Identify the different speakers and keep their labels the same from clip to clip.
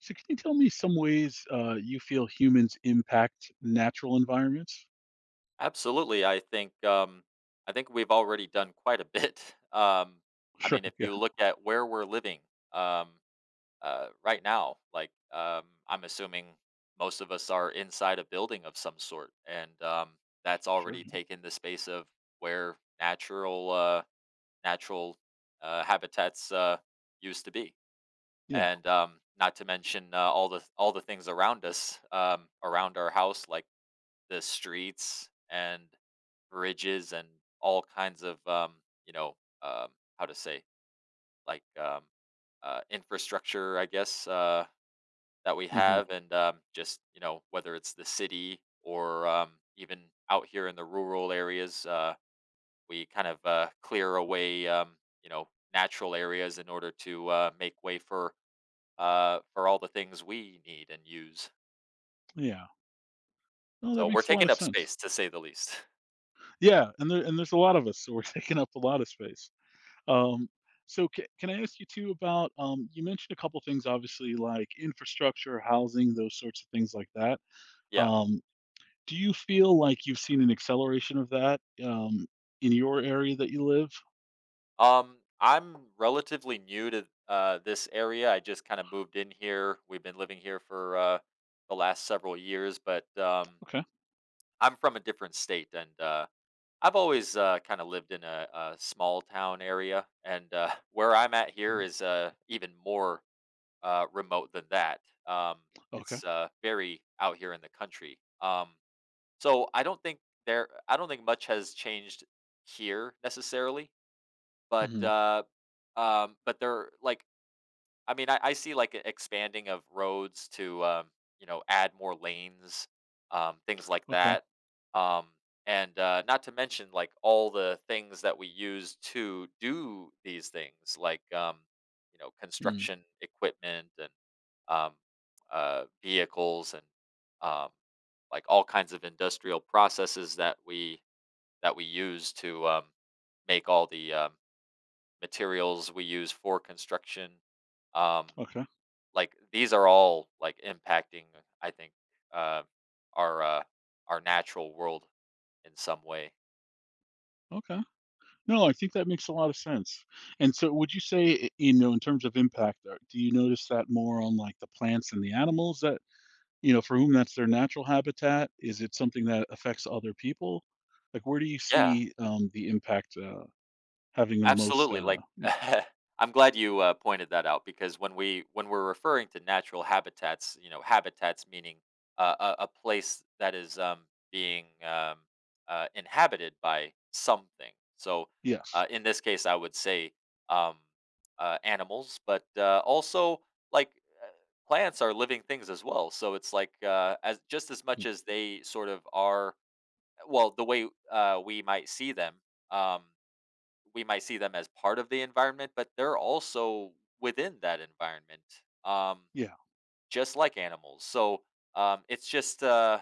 Speaker 1: So can you tell me some ways you feel humans impact natural environments?
Speaker 2: Absolutely. I think we've already done quite a bit. I
Speaker 1: Sure.
Speaker 2: mean, if
Speaker 1: Yeah.
Speaker 2: you look at where we're living um, right now, like I'm assuming most of us are inside a building of some sort, and that's
Speaker 1: Sure.
Speaker 2: already taken the space of where natural habitats used to be,
Speaker 1: Yeah.
Speaker 2: and not to mention all the things around us, around our house, like the streets and bridges and all kinds of you know um, how to say, like, infrastructure, I guess, that we
Speaker 1: Hmm.
Speaker 2: have. And just, whether it's the city or even out here in the rural areas, we kind of clear away, you know natural areas in order to make way for all the things we need and use.
Speaker 1: Yeah. No, that
Speaker 2: So we're
Speaker 1: makes a lot
Speaker 2: taking
Speaker 1: of
Speaker 2: up
Speaker 1: sense.
Speaker 2: space, to say the least.
Speaker 1: Yeah, and there's a lot of us, so we're taking up a lot of space. Um, so ca can I ask you too about you mentioned a couple things, obviously, like infrastructure, housing, those sorts of things like that.
Speaker 2: Yeah.
Speaker 1: Um, do you feel like you've seen an acceleration of that in your area that you live?
Speaker 2: I'm relatively new to this area. I just kind of moved in here. We've been living here for the last several years, but
Speaker 1: Okay.
Speaker 2: I'm from a different state, and I've always kind of lived in a small town area. And where I'm at here
Speaker 1: Mhm.
Speaker 2: is even more remote than that. Um,
Speaker 1: Okay.
Speaker 2: it's very out here in the country. So I don't think there. I don't think much has changed here necessarily. But,
Speaker 1: Hmm.
Speaker 2: uh, but they're like, I mean, I see like a expanding of roads to, add more lanes, things like
Speaker 1: Okay.
Speaker 2: that. Um, and not to mention like all the things that we use to do these things, like,
Speaker 1: Mm.
Speaker 2: construction equipment and um, vehicles and um, like all kinds of industrial processes that we use to make all the materials we use for construction. Um,
Speaker 1: Okay.
Speaker 2: like these are all like impacting, I think, uh, our uh, our natural world in some way.
Speaker 1: Okay. No, I think that makes a lot of sense. And so would you say, in terms of impact, do you notice that more on like the plants and the animals that, for whom that's their natural habitat? Is it something that affects other people? Like, where do you
Speaker 2: Yeah.
Speaker 1: see the impact having the most?
Speaker 2: Absolutely, like,
Speaker 1: Yeah.
Speaker 2: I'm glad you, pointed that out, because when we're referring to natural habitats, you know, habitats meaning a place that is, being, inhabited by something. So,
Speaker 1: Yes.
Speaker 2: in this case, I would say, um, animals, but, also, like, uh, plants are living things as well, so it's like, as just as much
Speaker 1: Mhm.
Speaker 2: as they sort of are, well, the way, um we might see them as part of the environment, but they're also within that environment, um,
Speaker 1: Yeah.
Speaker 2: just like animals. So it's just,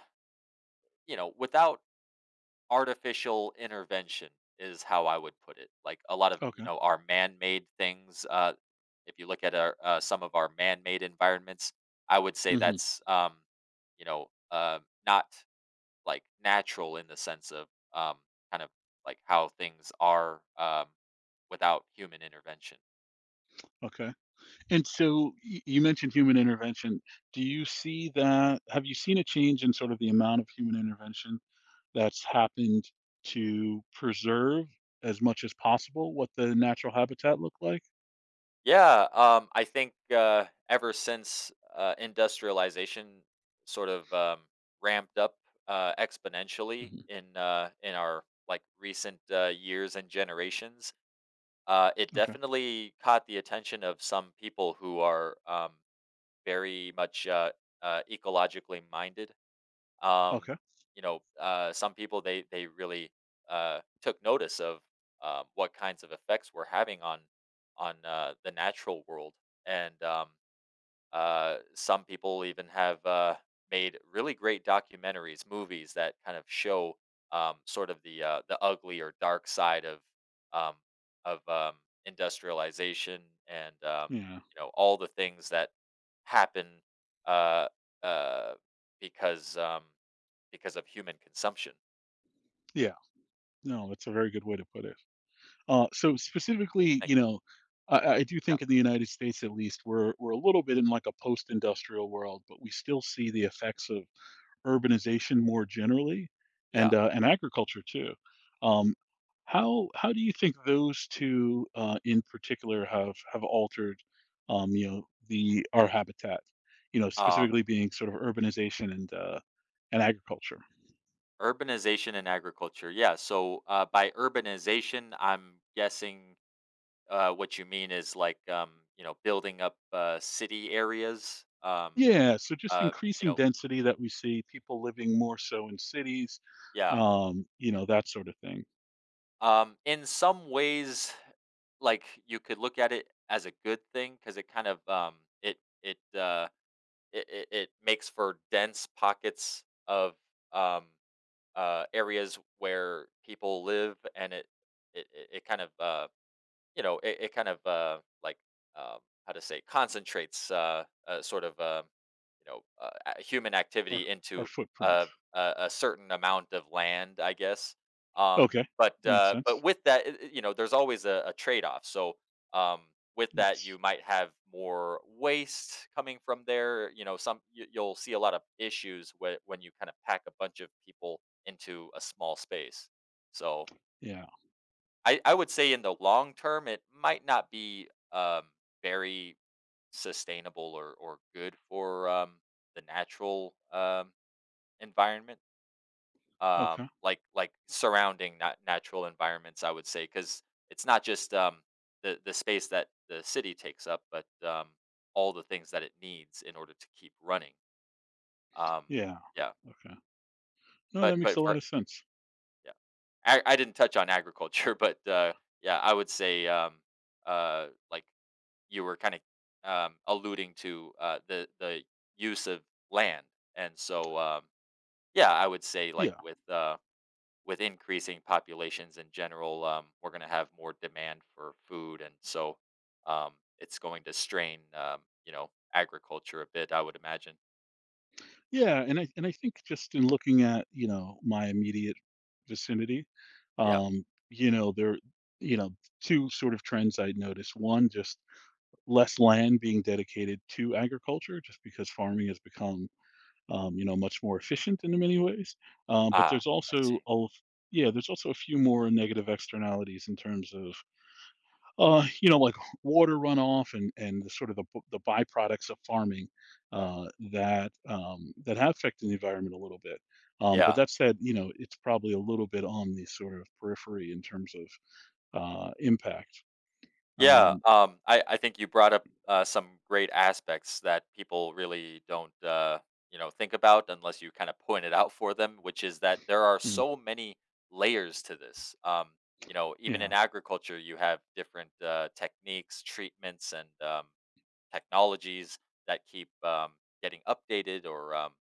Speaker 2: without artificial intervention is how I would put it. Like a lot of,
Speaker 1: Okay.
Speaker 2: our man made things. If you look at some of our man made environments, I would say
Speaker 1: Hmm.
Speaker 2: that's, you know, uh, not like natural in the sense of um, kind of like how things are without human intervention.
Speaker 1: Okay. And so you mentioned human intervention. Do you see that? Have you seen a change in sort of the amount of human intervention that's happened to preserve as much as possible what the natural habitat looked like?
Speaker 2: Yeah, I think ever since industrialization sort of ramped up exponentially
Speaker 1: Mhm.
Speaker 2: in our like recent years and generations, it
Speaker 1: Okay.
Speaker 2: definitely caught the attention of some people who are very much ecologically minded. um,
Speaker 1: Okay.
Speaker 2: some people, they really took notice of what kinds of effects we're having on the natural world. And some people even have made really great documentaries, movies that kind of show, sort of, the ugly or dark side of um, of um, industrialization and
Speaker 1: Yeah.
Speaker 2: all the things that happen uh, uh, because um, because of human consumption.
Speaker 1: Yeah. No, that's a very good way to put it. So specifically,
Speaker 2: Thank
Speaker 1: I do
Speaker 2: Yep,
Speaker 1: think in the United States, at least, we're a little bit in like a post-industrial world, but we still see the effects of urbanization more generally
Speaker 2: yeah. Yeah.
Speaker 1: and and agriculture too. Um, how do you think those two in particular have altered the our habitat? You know,
Speaker 2: Um,
Speaker 1: specifically being sort of urbanization and and agriculture.
Speaker 2: Urbanization and agriculture, yeah. So, by urbanization, I'm guessing, what you mean is, like, building up, city areas,
Speaker 1: Yeah, so just
Speaker 2: uh, you
Speaker 1: increasing
Speaker 2: know.
Speaker 1: density that we see, people living more so in cities,
Speaker 2: Yeah.
Speaker 1: that sort of thing.
Speaker 2: In some ways, like, you could look at it as a good thing, because it kind of, it it, it it it makes for dense pockets of, um areas where people live, and it kind of, like, um, how to say, concentrates sort of you know uh, human
Speaker 1: Our
Speaker 2: activity
Speaker 1: our
Speaker 2: into
Speaker 1: footprint.
Speaker 2: uh, a certain amount of land, I guess. Um,
Speaker 1: Okay,
Speaker 2: but
Speaker 1: makes
Speaker 2: uh, but
Speaker 1: sense.
Speaker 2: with that, there's always a trade-off. So um, with that, you
Speaker 1: Yes.
Speaker 2: might have more waste coming from there. You know, some You'll see a lot of issues when you kind of pack a bunch of people into a small space. So
Speaker 1: Yeah.
Speaker 2: I would say in the long term, it might not be, very sustainable, or good for, the natural, environment,
Speaker 1: Okay.
Speaker 2: like surrounding natural environments, I would say, because it's not just, the space that the city takes up, but, all the things that it needs in order to keep running. um,
Speaker 1: Yeah.
Speaker 2: yeah.
Speaker 1: Okay. No, that makes
Speaker 2: But
Speaker 1: a lot
Speaker 2: for
Speaker 1: of sense.
Speaker 2: Yeah, I didn't touch on agriculture, but, yeah, I would say, like you were kind of alluding to the use of land. And so yeah, I would say, like,
Speaker 1: Yeah.
Speaker 2: with increasing populations in general, we're going to have more demand for food, and so um, it's going to strain, agriculture a bit. I would imagine.
Speaker 1: Yeah, and I think just in looking at, you know, my immediate vicinity,
Speaker 2: Yeah.
Speaker 1: um, you know, there you know, 2 sort of trends I'd noticed. One, just less land being dedicated to agriculture just because farming has become, much more efficient in many ways. But
Speaker 2: Ah,
Speaker 1: there's
Speaker 2: I
Speaker 1: also
Speaker 2: see.
Speaker 1: a yeah, there's also a few more negative externalities in terms of uh, you know, like water runoff and the sort of the byproducts of farming
Speaker 2: Mm.
Speaker 1: uh, that have affected the environment a little bit. But
Speaker 2: Yeah.
Speaker 1: that said, it's probably a little bit on the sort of periphery in terms of impact.
Speaker 2: Yeah,
Speaker 1: Um,
Speaker 2: I think you brought up some great aspects that people really don't, think about unless you kind of point it out for them, which is that there are
Speaker 1: mm,
Speaker 2: so many layers to this. You know, even
Speaker 1: yeah,
Speaker 2: in agriculture, you have different techniques, treatments, and technologies that keep getting updated, or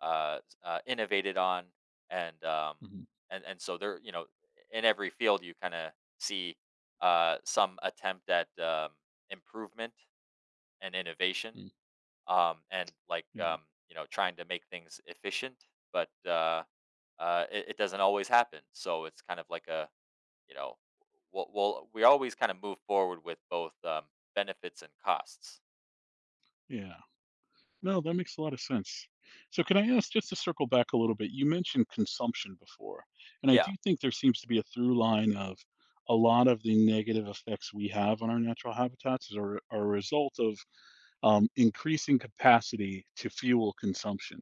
Speaker 2: uh, innovated on. and um,
Speaker 1: mhm,
Speaker 2: and and so there, in every field you kind of see some attempt at improvement and innovation,
Speaker 1: mm,
Speaker 2: and like,
Speaker 1: yeah,
Speaker 2: trying to make things efficient, but it doesn't always happen. So it's kind of like a you know, we'll we always kind of move forward with both, benefits and costs.
Speaker 1: yeah. No, that makes a lot of sense. So, can I ask just to circle back a little bit? You mentioned consumption before, and I
Speaker 2: Yeah,
Speaker 1: do think there seems to be a through line of a lot of the negative effects we have on our natural habitats are, a result of increasing capacity to fuel consumption.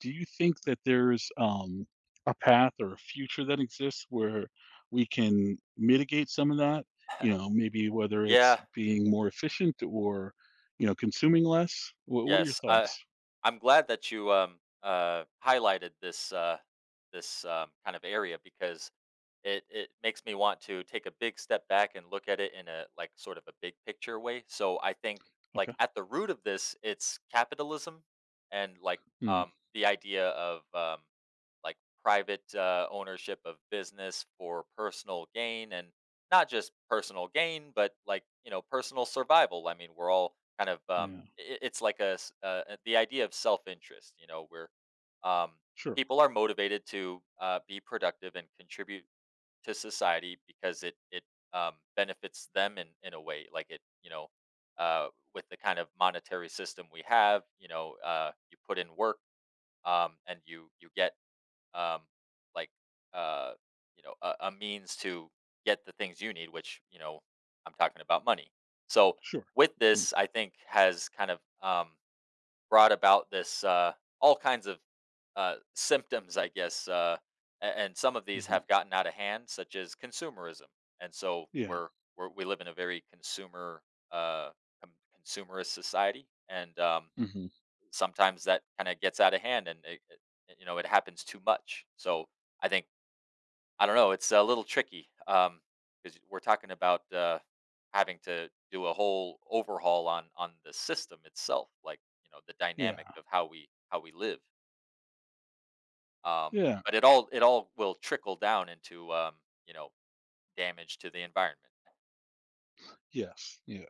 Speaker 1: Do you think that there's a path or a future that exists where we can mitigate some of that? Maybe whether
Speaker 2: yeah.
Speaker 1: it's being more efficient or, consuming less? What are your
Speaker 2: Yes,
Speaker 1: thoughts?
Speaker 2: I'm glad that you highlighted this kind of area, because it makes me want to take a big step back and look at it in a, like, sort of a big picture way. So I think,
Speaker 1: Okay.
Speaker 2: like, at the root of this, it's capitalism, and, like,
Speaker 1: Mm.
Speaker 2: the idea of, like, private ownership of business for personal gain. And not just personal gain, but, like, personal survival, I mean, we're all kind of,
Speaker 1: Yeah.
Speaker 2: I it's like a, the idea of self-interest, you know, where um,
Speaker 1: Sure.
Speaker 2: people are motivated to be productive and contribute to society, because it benefits them in a way, like it. Uh, with the kind of monetary system we have, you know, you put in work, and you get, um, like uh, a means to get the things you need, which I'm talking about money. So
Speaker 1: Sure.
Speaker 2: with
Speaker 1: Mm,
Speaker 2: this, I think, has kind of brought about this, all kinds of symptoms I guess, a- and some of these
Speaker 1: mhm.
Speaker 2: have gotten out of hand, such as consumerism. And so
Speaker 1: Yeah.
Speaker 2: we live in a very uh, com- consumerist society. And
Speaker 1: Mhm.
Speaker 2: sometimes that kind of gets out of hand, and it happens too much. So I think, I don't know, it's a little tricky, because we're talking about, having to do a whole overhaul on the system itself, like, you know, the dynamic
Speaker 1: Yeah.
Speaker 2: of how we live. um
Speaker 1: Yeah.
Speaker 2: but it all will trickle down into, you know, damage to the environment.
Speaker 1: Yes. Yeah.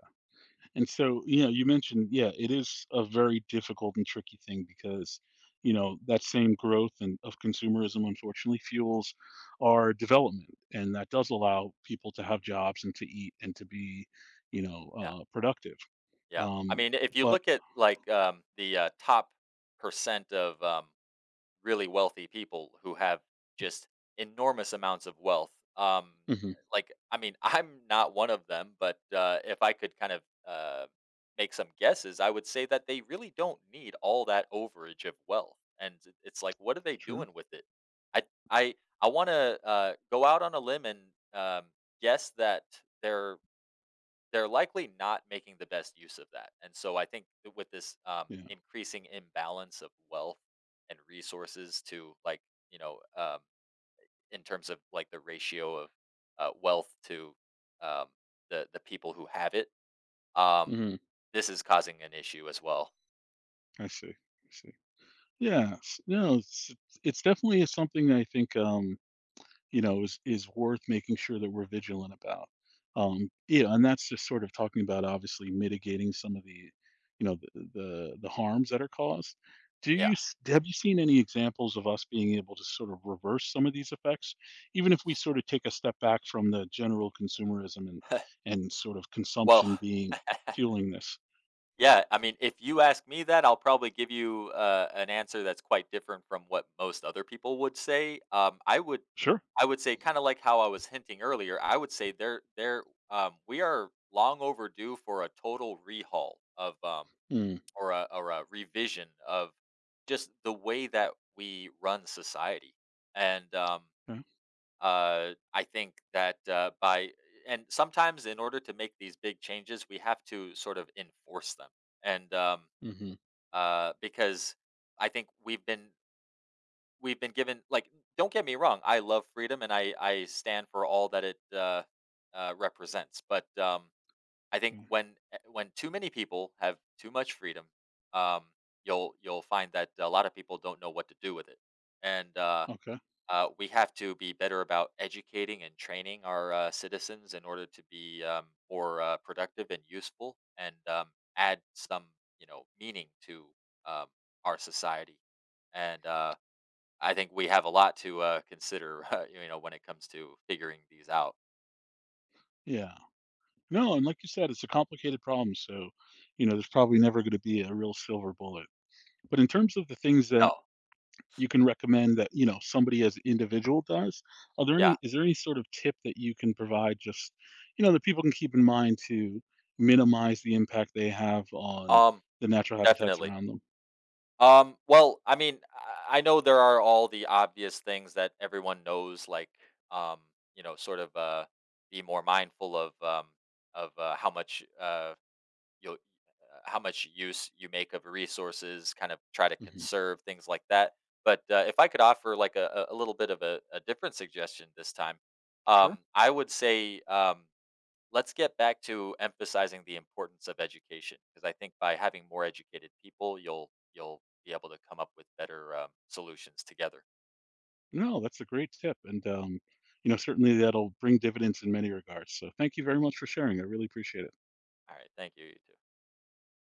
Speaker 1: And so, you mentioned, yeah, it is a very difficult and tricky thing because, that same growth and of consumerism unfortunately fuels our development, and that does allow people to have jobs and to eat and to be,
Speaker 2: Yeah.
Speaker 1: productive.
Speaker 2: Yeah, I
Speaker 1: Um,
Speaker 2: mean, if you
Speaker 1: but
Speaker 2: look at, like, the top percent of, really wealthy people who have just enormous amounts of wealth.
Speaker 1: Mhm.
Speaker 2: Like, I mean, I'm not one of them, but if I could kind of uh, make some guesses, I would say that they really don't need all that overage of wealth. And it- it's like, what are
Speaker 1: It's
Speaker 2: they
Speaker 1: true.
Speaker 2: doing with it? I, I, I want to go out on a limb and, um, guess that they're they're likely not making the best use of that. And so I think that with this,
Speaker 1: Yeah.
Speaker 2: increasing imbalance of wealth and resources to, like, you know, um, in terms of, like, the ratio of wealth to, um, the people who have it, um,
Speaker 1: Hmm.
Speaker 2: this is causing an issue as well.
Speaker 1: I see. I see. Yes. No, it's definitely is something that I think, is worth making sure that we're vigilant about. Yeah, and that's just sort of talking about obviously mitigating some of the, you know, the harms that are caused.
Speaker 2: Yeah.
Speaker 1: Have you seen any examples of us being able to sort of reverse some of these effects, even if we sort of take a step back from the general consumerism and
Speaker 2: Mm.
Speaker 1: sort of
Speaker 2: Well,
Speaker 1: consumption being fueling this?
Speaker 2: yeah, I mean, if you ask me that, I'll probably give you an answer that's quite different from what most other people would say.
Speaker 1: Sure.
Speaker 2: I would say, kind of like how I was hinting earlier. I would say, we are long overdue for a total rehaul of,
Speaker 1: Mm.
Speaker 2: or a revision of just the way that we run society, and
Speaker 1: Okay.
Speaker 2: I think that by and sometimes in order to make these big changes, we have to sort of enforce them, and
Speaker 1: Hmm.
Speaker 2: because, I think we've been given, like, don't get me wrong, I love freedom and I stand for all that it represents, but I think when, when too many people have too much freedom, um, you'll find that a lot of people don't know what to do with it, and
Speaker 1: Okay.
Speaker 2: we have to be better about educating and training our citizens in order to be, more productive and useful, and add some, you know, meaning to um, our society, and I think we have a lot to consider, you know, when it comes to figuring these out.
Speaker 1: Yeah. No, and like you said, it's a complicated problem, so, there's probably never gonna be a real silver bullet. But in terms of the things that
Speaker 2: No.
Speaker 1: you can recommend that, somebody as an individual does, are there
Speaker 2: Yeah.
Speaker 1: any is there any sort of tip that you can provide just, that people can keep in mind to minimize the impact they have on
Speaker 2: um
Speaker 1: the natural habitats
Speaker 2: Definitely.
Speaker 1: around them?
Speaker 2: Well, I mean, I know there are all the obvious things that everyone knows, like, um, sort of, be more mindful of, of how much you'll how much use you make of resources. Kind of try to
Speaker 1: Mhm.
Speaker 2: conserve things like that. But if I could offer, like, a little bit of a different suggestion this time,
Speaker 1: Sure.
Speaker 2: I would say, let's get back to emphasizing the importance of education, because I think by having more educated people, you'll be able to come up with better solutions together.
Speaker 1: No, that's a great tip, and, certainly that'll bring dividends in many regards, so thank you very much for sharing, I really appreciate it.
Speaker 2: All right, thank you. You too.